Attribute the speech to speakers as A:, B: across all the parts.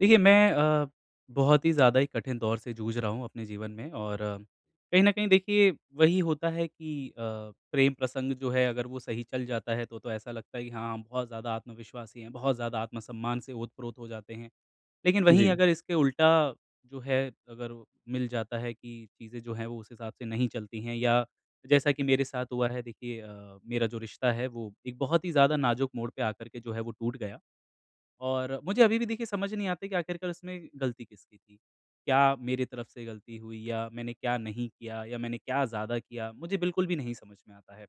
A: देखिए, मैं बहुत ही ज़्यादा ही कठिन दौर से जूझ रहा हूँ अपने जीवन में। और कहीं न कहीं देखिए वही होता है कि प्रेम प्रसंग जो है, अगर वो सही चल जाता है तो ऐसा लगता है कि हाँ, हम बहुत ज़्यादा आत्मविश्वासी हैं, बहुत ज़्यादा आत्मसम्मान से ओत-प्रोत हो जाते हैं। लेकिन वहीं
B: जी,
A: अगर इसके उल्टा जो है, अगर मिल जाता है कि चीज़ें जो हैं वो उस हिसाब से नहीं चलती हैं, या जैसा कि मेरे साथ हुआ है। देखिए मेरा जो रिश्ता है वो एक बहुत ही ज़्यादा नाज़ुक मोड़ पे आकर के जो है वो टूट गया। और मुझे अभी भी देखिए समझ नहीं आता कि आखिरकार उसमें गलती किसकी थी? क्या मेरी तरफ से गलती हुई, या मैंने क्या नहीं किया, या मैंने क्या ज़्यादा किया? मुझे बिल्कुल भी नहीं समझ में आता है।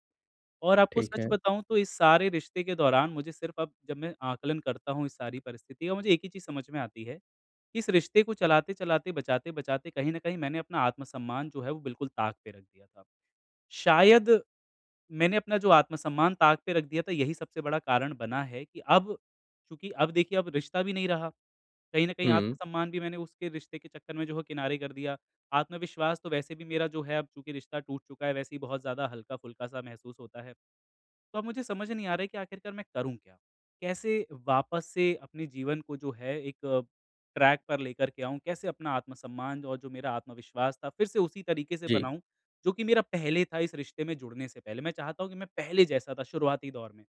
A: और आपको
B: ठीक
A: सच
B: है।
A: बताऊँ तो इस सारे रिश्ते के दौरान मुझे सिर्फ़ अब जब मैं आकलन करता हूँ इस सारी परिस्थिति का, मुझे एक ही चीज़ समझ में आती है, कि इस रिश्ते को चलाते-चलाते, बचाते-बचाते कहीं न कहीं मैंने अपना आत्मसम्मान जो है वो बिल्कुल ताक पे रख दिया था। शायद मैंने अपना जो आत्मसम्मान ताक पे रख दिया था, यही सबसे बड़ा कारण बना है कि अब, चूँकि अब देखिए अब रिश्ता भी नहीं रहा। कहीं न कहीं
B: हुँ,
A: आत्मसम्मान भी मैंने उसके रिश्ते के चक्कर में जो है किनारे कर दिया। आत्मविश्वास तो वैसे भी मेरा जो है, अब चूँकि रिश्ता टूट चुका है, वैसे ही बहुत ज़्यादा हल्का-फुल्का सा महसूस होता है। तो अब मुझे समझ नहीं आ रहा है कि आखिरकार मैं करूँ क्या? कैसे वापस से अपने जीवन को जो है एक ट्रैक पर लेकर के आऊँ? कैसे अपना आत्मसम्मान और जो मेरा आत्मविश्वास था फिर से उसी तरीके से
B: जी,
A: बनाऊँ, जो कि मेरा पहले था इस रिश्ते में जुड़ने से पहले? मैं चाहता हूँ कि मैं पहले जैसा था शुरुआती दौर में,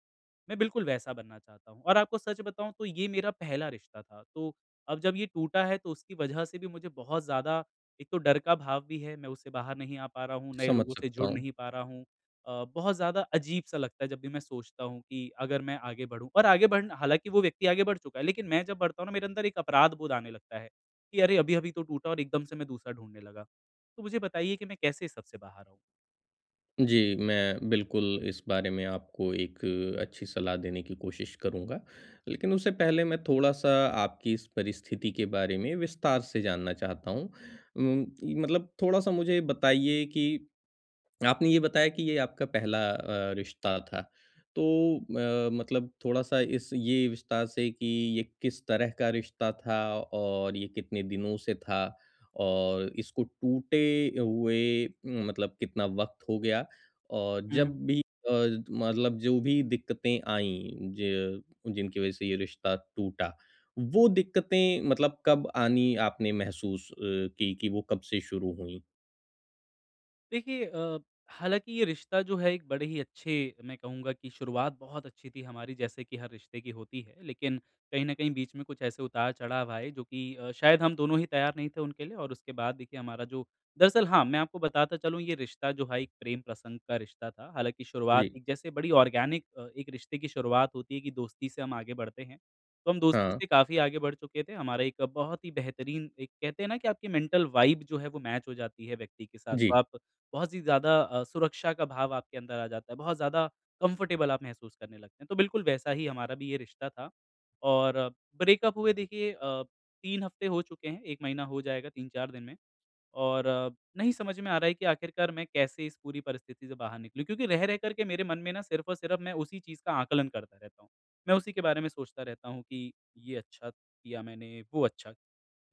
A: मैं बिल्कुल वैसा बनना चाहता हूँ। और आपको सच बताऊँ तो ये मेरा पहला रिश्ता था, तो अब जब ये टूटा है तो उसकी वजह से भी मुझे बहुत ज़्यादा, एक तो डर का भाव भी है, मैं उससे बाहर नहीं आ पा रहा हूँ, नए
B: समझ
A: लोगों से
B: सकता
A: जुड़
B: हूँ।
A: नहीं पा रहा हूँ। बहुत ज़्यादा अजीब-सा लगता है जब भी मैं सोचता हूँ कि अगर मैं आगे बढ़ूँ, और आगे बढ़ना, हालाँकि वो व्यक्ति आगे बढ़ चुका है, लेकिन मैं जब बढ़ता हूँ ना, मेरे अंदर एक अपराध बोध आने लगता है कि अरे! अभी-अभी तो टूटा और एकदम से मैं दूसरा ढूँढने लगा। तो मुझे बताइए कि मैं कैसे इस सब से बाहर
B: जी, मैं बिल्कुल इस बारे में आपको एक अच्छी सलाह देने की कोशिश करूँगा। लेकिन उससे पहले मैं थोड़ा-सा आपकी इस परिस्थिति के बारे में विस्तार से जानना चाहता हूँ। उम, मतलब थोड़ा-सा मुझे बताइए कि आपने ये बताया कि ये आपका पहला रिश्ता था। तो मतलब थोड़ा-सा इस ये विस्तार से कि ये किस तरह का रिश्ता था, और ये कितने दिनों से था, और इसको टूटे हुए मतलब कितना वक़्त हो गया? और
A: आऊँ?
B: जब भी अ, मतलब जो भी दिक्कतें आईं, ज जिनकी वज़ह से ये रिश्ता टूटा, वो दिक्कतें मतलब कब आनी, आपने महसूस की कि वो कब से शुरू हुईं?
A: देखिए हालाँकि ये रिश्ता जो है एक बड़े ही अच्छे, मैं कहूँगा कि शुरुआत बहुत अच्छी थी हमारी, जैसे कि हर रिश्ते की होती है। लेकिन कहीं न कहीं बीच में कुछ ऐसे उतार-चढ़ाव आए जो कि शायद हम दोनों ही तैयार नहीं थे उनके लिए, और उसके बाद देखिए हमारा जो, दरअसल हाँ, मैं आपको बताता चलूँ, ये रिश्ता जो है एक प्रेम प्रसंग का रिश्ता था। हालाँकि शुरुआत
B: जी।
A: एक जैसे बड़ी ऑर्गेनिक एक रिश्ते की शुरुआत होती है, कि दोस्ती से हम आगे बढ़ते हैं। तो हम दोस्ती
B: हाँ।
A: से काफ़ी आगे बढ़ चुके थे। हमारा एक बहुत ही बेहतरीन, एक कहते हैं ना कि आपकी मेंटल वाइब जो है वो मैच हो जाती है व्यक्ति के साथ।
B: जी।
A: तो आप बहुत ही ज़्यादा सुरक्षा का भाव आपके अंदर आ जाता है, बहुत ज़्यादा कंफ़र्टेबल आप महसूस करने लगते हैं। तो बिल्कुल वैसा ही हमारा भी ये रिश्ता था। और ब्रेकअप हुए देखिए 3 हफ़्ते हो चुके हैं, 1 महीना हो जाएगा 3-4 दिन में। और नहीं समझ में आ रहा है कि आखिरकार मैं कैसे इस पूरी परिस्थिति से बाहर निकलूँ? क्योंकि रह-रह कर के मेरे मन में ना, सिर्फ़ और सिर्फ़ मैं उसी चीज़ का आकलन करता रहता हूँ। मैं उसी के बारे में सोचता रहता हूँ कि ये अच्छा किया मैंने, वो अच्छा,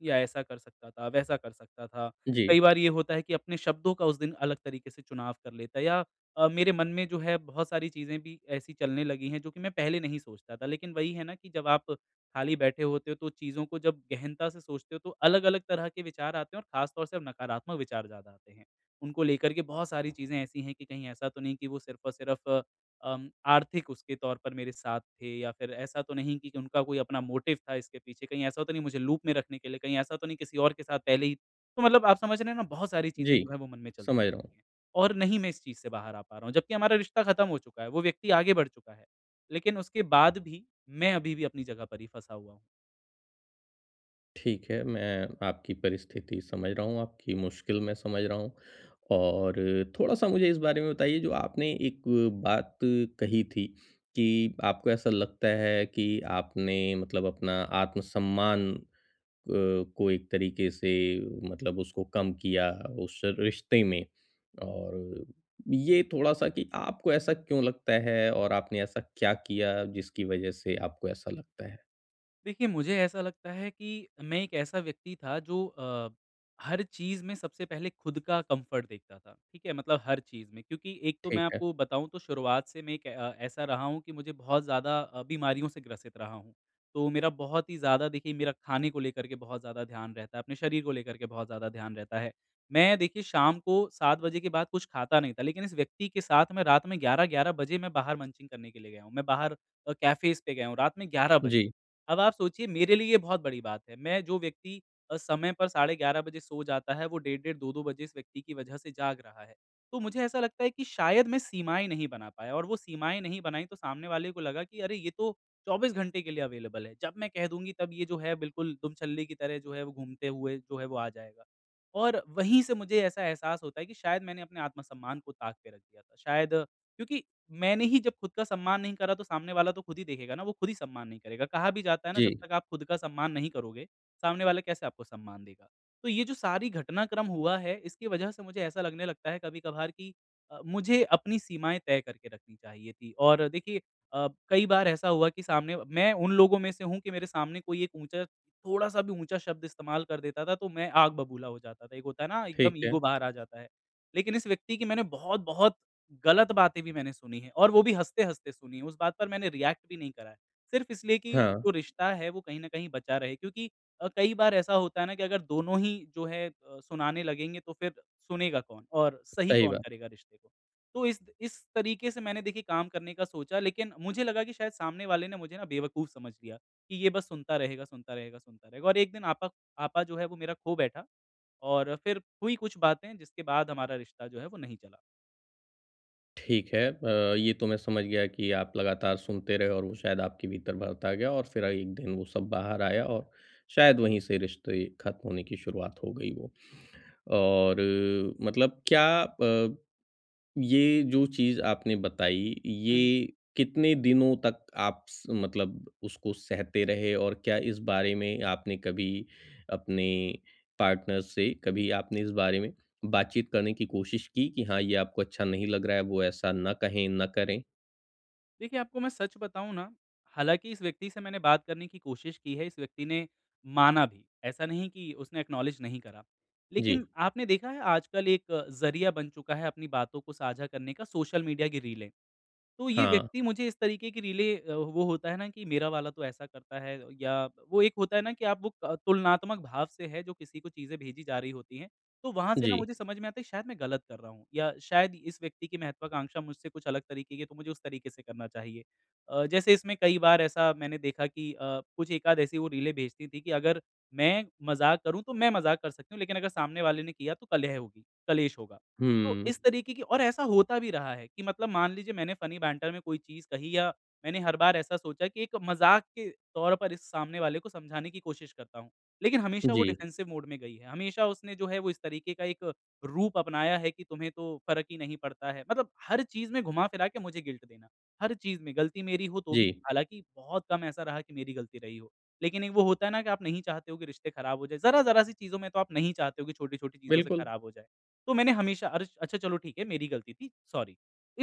A: या ऐसा कर सकता था, वैसा कर सकता था।
B: जी।
A: कई बार ये होता है कि अपने शब्दों का उस दिन अलग तरीके से चुनाव कर लेता है, या मेरे मन में जो है बहुत सारी चीज़ें भी ऐसी चलने लगी हैं जो कि मैं पहले नहीं सोचता था। लेकिन वही है ना कि जब आप खाली बैठे होते हो, तो चीज़ों को जब गहनता से सोचते हो तो अलग-अलग तरह के विचार आते हैं, और ख़ास तौर से अब नकारात्मक विचार ज़्यादा आते हैं। उनको लेकर के बहुत सारी चीज़ें ऐसी हैं कि कहीं ऐसा तो नहीं कि वो सिर्फ़ और सिर्फ़ आर्थिक उसके तौर पर मेरे साथ थे, या फिर ऐसा तो नहीं कि उनका कोई अपना मोटिव था इसके पीछे, कहीं ऐसा तो नहीं मुझे लूप में रखने के लिए, कहीं ऐसा तो नहीं किसी और के साथ पहले ही तो, मतलब आप समझ रहे हैं ना, बहुत सारी चीज़ें
B: जी,
A: जो है वो मन में चलती
B: समझ रहा हूँ।
A: रहती हैं। और नहीं मैं इस चीज़ से बाहर आ पा रहा हूँ। जबकि हमारा रिश्ता खत्म हो चुका है, वो व्यक्ति आगे बढ़ चुका है, लेकिन उसके बाद भी मैं अभी भी अपनी जगह पर ही फँसा हुआ हूँ।
B: ठीक है, मैं आपकी परिस्थिति समझ रहा हूँ, आपकी मुश्किल मैं समझ रहा हूँ। और थोड़ा-सा मुझे इस बारे में बताइए, जो आपने एक बात कही थी कि आपको ऐसा लगता है कि आपने मतलब अपना आत्मसम्मान को एक तरीके से, मतलब उसको कम किया उस रिश्ते में। और ये थोड़ा-सा कि आपको ऐसा क्यों लगता है, और आपने ऐसा क्या किया जिसकी वज़ह से आपको ऐसा लगता है?
A: देखिए, मुझे ऐसा लगता है कि मैं एक ऐसा व्यक्ति था जो हर चीज़ में सबसे पहले खुद का कम्फ़र्ट देखता था, ठीक है? मतलब हर चीज़ में, क्योंकि एक तो मैं
B: ठीक है।
A: आपको बताऊँ तो शुरुआत से मैं एक ऐसा रहा हूँ कि मुझे बहुत ज़्यादा बीमारियों से ग्रसित रहा हूँ। तो मेरा बहुत ही ज़्यादा देखिए, मेरा खाने को लेकर के बहुत ज़्यादा ध्यान रहता है, अपने शरीर को लेकर के बहुत ज़्यादा ध्यान रहता है। मैं देखिए शाम को 7 बजे के बाद कुछ खाता नहीं था, लेकिन इस व्यक्ति के साथ मैं रात में 11-11 बजे मैं बाहर मंचिंग करने के लिए गया हूँ। मैं बाहर कैफ़ेज़ पे गया हूँ रात में 11 बजे।
B: जी,
A: अब आप सोचिए मेरे लिए ये बहुत बड़ी बात है। मैं जो व्यक्ति समय पर साढ़े 11 बजे सो जाता है, वो डेढ़-डेढ़, 2-2 बजे इस व्यक्ति की वजह से जाग रहा है। तो मुझे ऐसा लगता है कि शायद मैं सीमाएँ नहीं बना पाया, और वो सीमाएँ नहीं बनाई तो सामने वाले को लगा कि अरे ये तो 24 घंटे के लिए अवेलेबल है। जब मैं कह दूँगी तब ये जो है बिल्कुल दुमछल्ले की तरह जो है वो घूमते हुए जो है वो आ जाएगा। और वहीं से मुझे ऐसा एहसास होता है कि शायद मैंने अपने आत्मसम्मान को ताक पे रख दिया था। शायद क्योंकि मैंने ही जब खुद का सम्मान नहीं करा, तो सामने वाला तो खुद ही देखेगा ना, वो खुद ही सम्मान नहीं करेगा। कहा भी जाता है ना,
B: जी,
A: जब तक आप खुद का सम्मान नहीं करोगे, सामने वाला कैसे आपको सम्मान देगा? तो ये जो सारी घटनाक्रम हुआ है, इसकी वजह से मुझे ऐसा लगने लगता है कभी-कभार कि मुझे अपनी सीमाएँ तय करके रखनी चाहिए थी। और देखिए कई बार ऐसा हुआ कि सामने, मैं उन लोगों में से हूँ कि मेरे सामने कोई एक ऊँचा, थोड़ा-सा भी ऊँचा शब्द इस्तेमाल कर देता था तो मैं आग बबूला हो जाता था। एक होता है ना, एकदम
B: ठीक है।
A: ईगो बाहर आ जाता है। लेकिन इस व्यक्ति की मैंने बहुत-बहुत गलत बातें भी मैंने सुनी हैं, और वो भी हँसते-हँसते सुनी है। उस बात पर मैंने रिएक्ट भी नहीं करा है। सिर्फ़ इसलिए कि
B: हाँ,
A: जो रिश्ता है वो कहीं न कहीं बचा रहे। क्योंकि कई बार ऐसा होता है ना कि अगर दोनों ही जो है सुनाने लगेंगे तो फिर सुनेगा कौन और सही
B: सही
A: कौन
B: बात।
A: करेगा रिश्ते को। तो इस तरीके से मैंने देखिए काम करने का सोचा, लेकिन मुझे लगा कि शायद सामने वाले ने मुझे ना बेवकूफ़ समझ लिया कि ये बस सुनता रहेगा, सुनता रहेगा, सुनता रहेगा, और एक दिन आपा आपा जो है वो मेरा खो बैठा, और फिर हुई कुछ बातें जिसके बाद हमारा रिश्ता जो है वो नहीं चला।
B: ठीक है। ये तो मैं समझ गया कि आप लगातार सुनते रहे, और वो शायद आपके भीतर भरता गया, और फिर एक दिन वो सब बाहर आया, और शायद वहीं से रिश्ते खत्म होने की शुरुआत हो गई वो। और मतलब क्या, ये जो चीज़ आपने बताई, ये कितने दिनों तक आप स मतलब उसको सहते रहे? और क्या इस बारे में आपने कभी अपने पार्टनर से, कभी आपने इस बारे में बातचीत करने की कोशिश की कि हाँ, ये आपको अच्छा नहीं लग रहा है, वो ऐसा ना कहें, ना करें?
A: देखिए, आपको मैं सच बताऊँ ना, हालाँकि इस व्यक्ति से मैंने बात करने की कोशिश की है, इस व्यक्ति ने माना भी, ऐसा नहीं कि उसने एक्नॉलेज नहीं करा।
B: जी।
A: लेकिन आपने देखा है आजकल एक ज़रिया बन चुका है अपनी बातों को साझा करने का, सोशल मीडिया की रीलें। तो ये
B: हाँ,
A: व्यक्ति मुझे इस तरीके की रिले वो होता है ना कि मेरा वाला तो ऐसा करता है, या वो एक होता है ना कि आप वो क तुलनात्मक भाव से है जो किसी को चीज़ें भेजी जा रही होती हैं, तो वहाँ से ना
B: जी।
A: मुझे समझ में आता है शायद मैं गलत कर रहा हूँ, या शायद इस व्यक्ति की महत्वाकांक्षा मुझसे कुछ अलग तरीके की है तो मुझे उस तरीके से करना चाहिए। जैसे इसमें कई बार ऐसा मैंने देखा कि कुछ एकाध ऐसी वो रीलें भेजती थी कि अगर मैं मज़ाक करूँ तो मैं मज़ाक कर सकती हूँ, लेकिन अगर सामने वाले ने किया तो कलह होगी, कलेश होगा। तो
B: हुँ।
A: इस तरीके की, और ऐसा होता भी रहा है कि मतलब मान लीजिए मैंने फनी बैंटर में कोई चीज़ कही, या मैंने हर बार ऐसा सोचा कि एक मज़ाक के तौर पर इस सामने वाले को समझाने की कोशिश करता हूँ। लेकिन हमेशा वो
B: जी,
A: डिफेंसिव मोड में गई है, हमेशा उसने जो है वो इस तरीके का एक रूप अपनाया है कि तुम्हें तो फ़र्क ही नहीं पड़ता है। मतलब हर चीज़ में घुमा-फिरा के मुझे गिल्ट देना, हर चीज़ में गलती मेरी हो तो
B: जी।
A: भी, हालाँकि बहुत कम ऐसा रहा कि मेरी गलती रही हो। लेकिन एक वो होता है ना कि आप नहीं चाहते हो कि रिश्ते ख़राब हो जाएँ, ज़रा-ज़रा सी चीज़ों में तो आप नहीं चाहते हो कि छोटी-छोटी चीज़ों से
B: बिल्कुल।
A: ख़राब हो जाए। तो मैंने हमेशा अर्श, अच्छा चलो ठीक है मेरी गलती थी, सॉरी।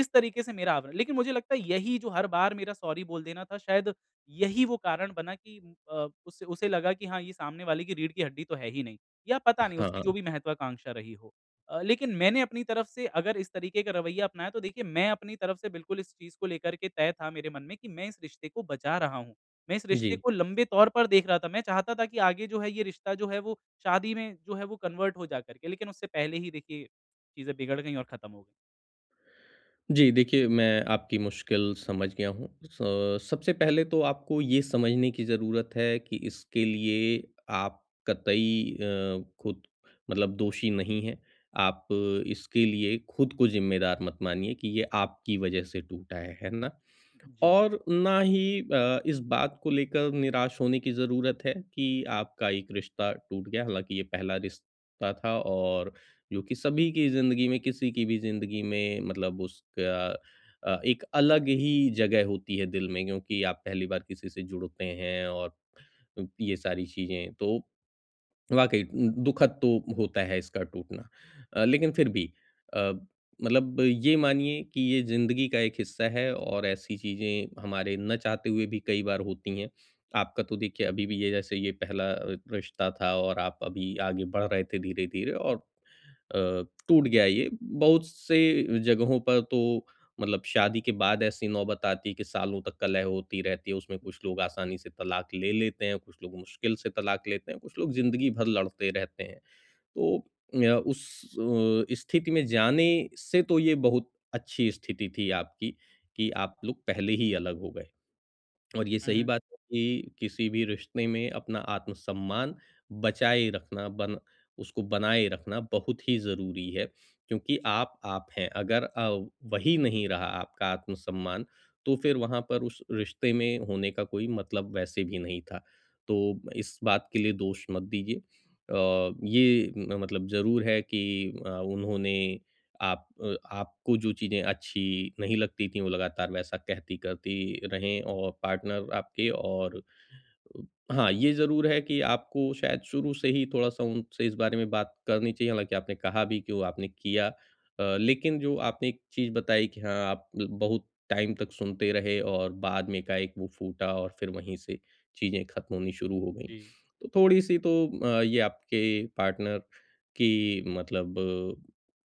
A: इस तरीके से मेरा आवरण, लेकिन मुझे लगता है यही जो हर बार मेरा सॉरी बोल देना था, शायद यही वो कारण बना कि उसे उसे लगा कि हाँ, ये सामने वाले की रीढ़ की हड्डी तो है ही नहीं, या पता नहीं उसकी जो
B: हाँ,
A: भी महत्वाकांक्षा रही हो। लेकिन मैंने अपनी तरफ से अगर इस तरीके का रवैया अपनाया, तो देखिए मैं अपनी तरफ से बिल्कुल इस चीज़ को लेकर के तय था मेरे मन में कि मैं इस रिश्ते को बचा रहा हूँ। मैं इस
B: जी।
A: रिश्ते को लंबे तौर पर देख रहा था। मैं चाहता था कि आगे जो है ये रिश्ता जो है वो शादी में जो है वो कन्वर्ट हो जा कर के, लेकिन उससे पहले ही देखिए चीज़ें बिगड़ गईं और ख़त्म हो गईं।
B: जी, देखिए, मैं आपकी मुश्किल समझ गया हूँ। स सबसे पहले तो आपको ये समझने की ज़रूरत है कि इसके लिए आप कतई खुद मतलब दोषी नहीं हैं। आप इसके लिए खुद को ज़िम्मेदार मत मानिए कि ये आपकी वजह से टूटा है ना?
A: जी।
B: और ना ही इस बात को लेकर निराश होने की ज़रूरत है कि आपका एक रिश्ता टूट गया, हालाँकि ये पहला रिश्ता था, और जो कि सभी की ज़िंदगी में, किसी की भी ज़िंदगी में मतलब उसका एक अलग ही जगह होती है दिल में, क्योंकि आप पहली बार किसी से जुड़ते हैं और ये सारी चीज़ें। तो वाक़ई दुखद तो होता है इसका टूटना। लेकिन फिर भी अ, मतलब ये मानिए कि ये ज़िंदगी का एक हिस्सा है, और ऐसी चीज़ें हमारे ना चाहते हुए भी कई बार होती हैं। आपका तो देखिए, अभी भी ये, जैसे ये पहला रिश्ता था और आप अभी आगे बढ़ रहे थे धीरे-धीरे, और अ, टूट गया ये। बहुत से जगहों पर तो मतलब शादी के बाद ऐसी नौबत आती है कि सालों तक कलह होती रहती है, उसमें कुछ
A: जी।
B: लोग आसानी से तलाक ले लेते हैं, कुछ लोग मुश्किल से तलाक लेते हैं, कुछ लोग जिंदगी भर लड़ते रहते हैं। तो अ, उस स्थिति में जाने से तो ये बहुत अच्छी स्थिति थी आपकी, कि आप लोग पहले ही अलग हो गए। और ये
A: हुँ,
B: सही
A: हुँ।
B: बात है कि किसी भी रिश्ते में अपना आत्मसम्मान बचाए रखना, बन उसको बनाए रखना बहुत ही ज़रूरी है, क्योंकि आप हैं। अगर वही नहीं रहा आपका आत्मसम्मान, तो फिर वहाँ पर उस रिश्ते में होने का कोई मतलब वैसे भी नहीं था। तो इस बात के लिए दोष मत दीजिए। ये मतलब ज़रूर है कि उन्होंने, आपको जो चीज़ें अच्छी नहीं लगती थी वो लगातार वैसा कहती करती रहें, और पार्टनर आपके, और अ, हाँ, ये ज़रूर है कि आपको शायद शुरू से ही थोड़ा-सा उनसे इस बारे में बात करनी चाहिए, हालाँकि आपने कहा भी कि वो आपने किया। लेकिन जो आपने एक चीज़ बताई कि हाँ, आप ल बहुत टाइम तक सुनते रहे, और बाद में एकाएक वो फूटा और फिर वहीं से चीज़ें ख़त्म होनी शुरू हो गईं।
A: जी।
B: तो थोड़ी-सी तो ये आपके पार्टनर की मतलब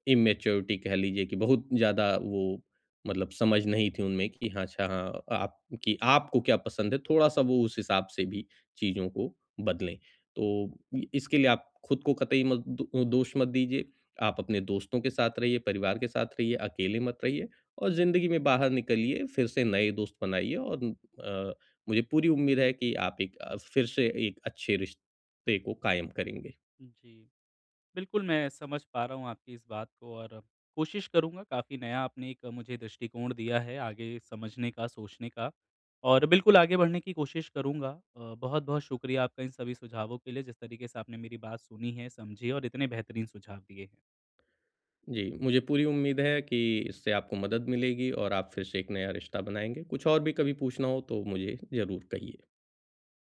B: इमैच्योरिटी कह लीजिए, कि बहुत ज़्यादा वो मतलब समझ नहीं थी उनमें कि हाँ, अच्छा, हाँ, आप, कि आपको क्या पसंद है, थोड़ा-सा वो उस हिसाब से भी चीज़ों को बदलें। तो इ इसके लिए आप खुद को कतई मत दो दोष मत दीजिए। आप अपने दोस्तों के साथ रहिए, परिवार के साथ रहिए, अकेले मत रहिए, और ज़िंदगी में बाहर निकलिए, फिर से नए दोस्त बनाइए, और अ, मुझे पूरी उम्मीद है कि आप फिर से एक अच्छे रिश्ते को कायम करेंगे।
A: जी। बिल्कुल, मैं समझ पा रहा हूँ आपकी इस बात को, और कोशिश करूँगा। काफ़ी नया आपने एक मुझे दृष्टिकोण दिया है आगे समझने का, सोचने का, और बिल्कुल आगे बढ़ने की कोशिश करूँगा। बहुत-बहुत शुक्रिया आपका इन सभी सुझावों के लिए, जिस तरीके से आपने मेरी बात सुनी है, समझी है और इतने बेहतरीन सुझाव दिए हैं।
B: जी, मुझे पूरी उम्मीद है कि इससे आपको मदद मिलेगी, और आप फिर से एक नया रिश्ता बनाएँगे। कुछ और भी कभी पूछना हो तो मुझे ज़रूर कहिए।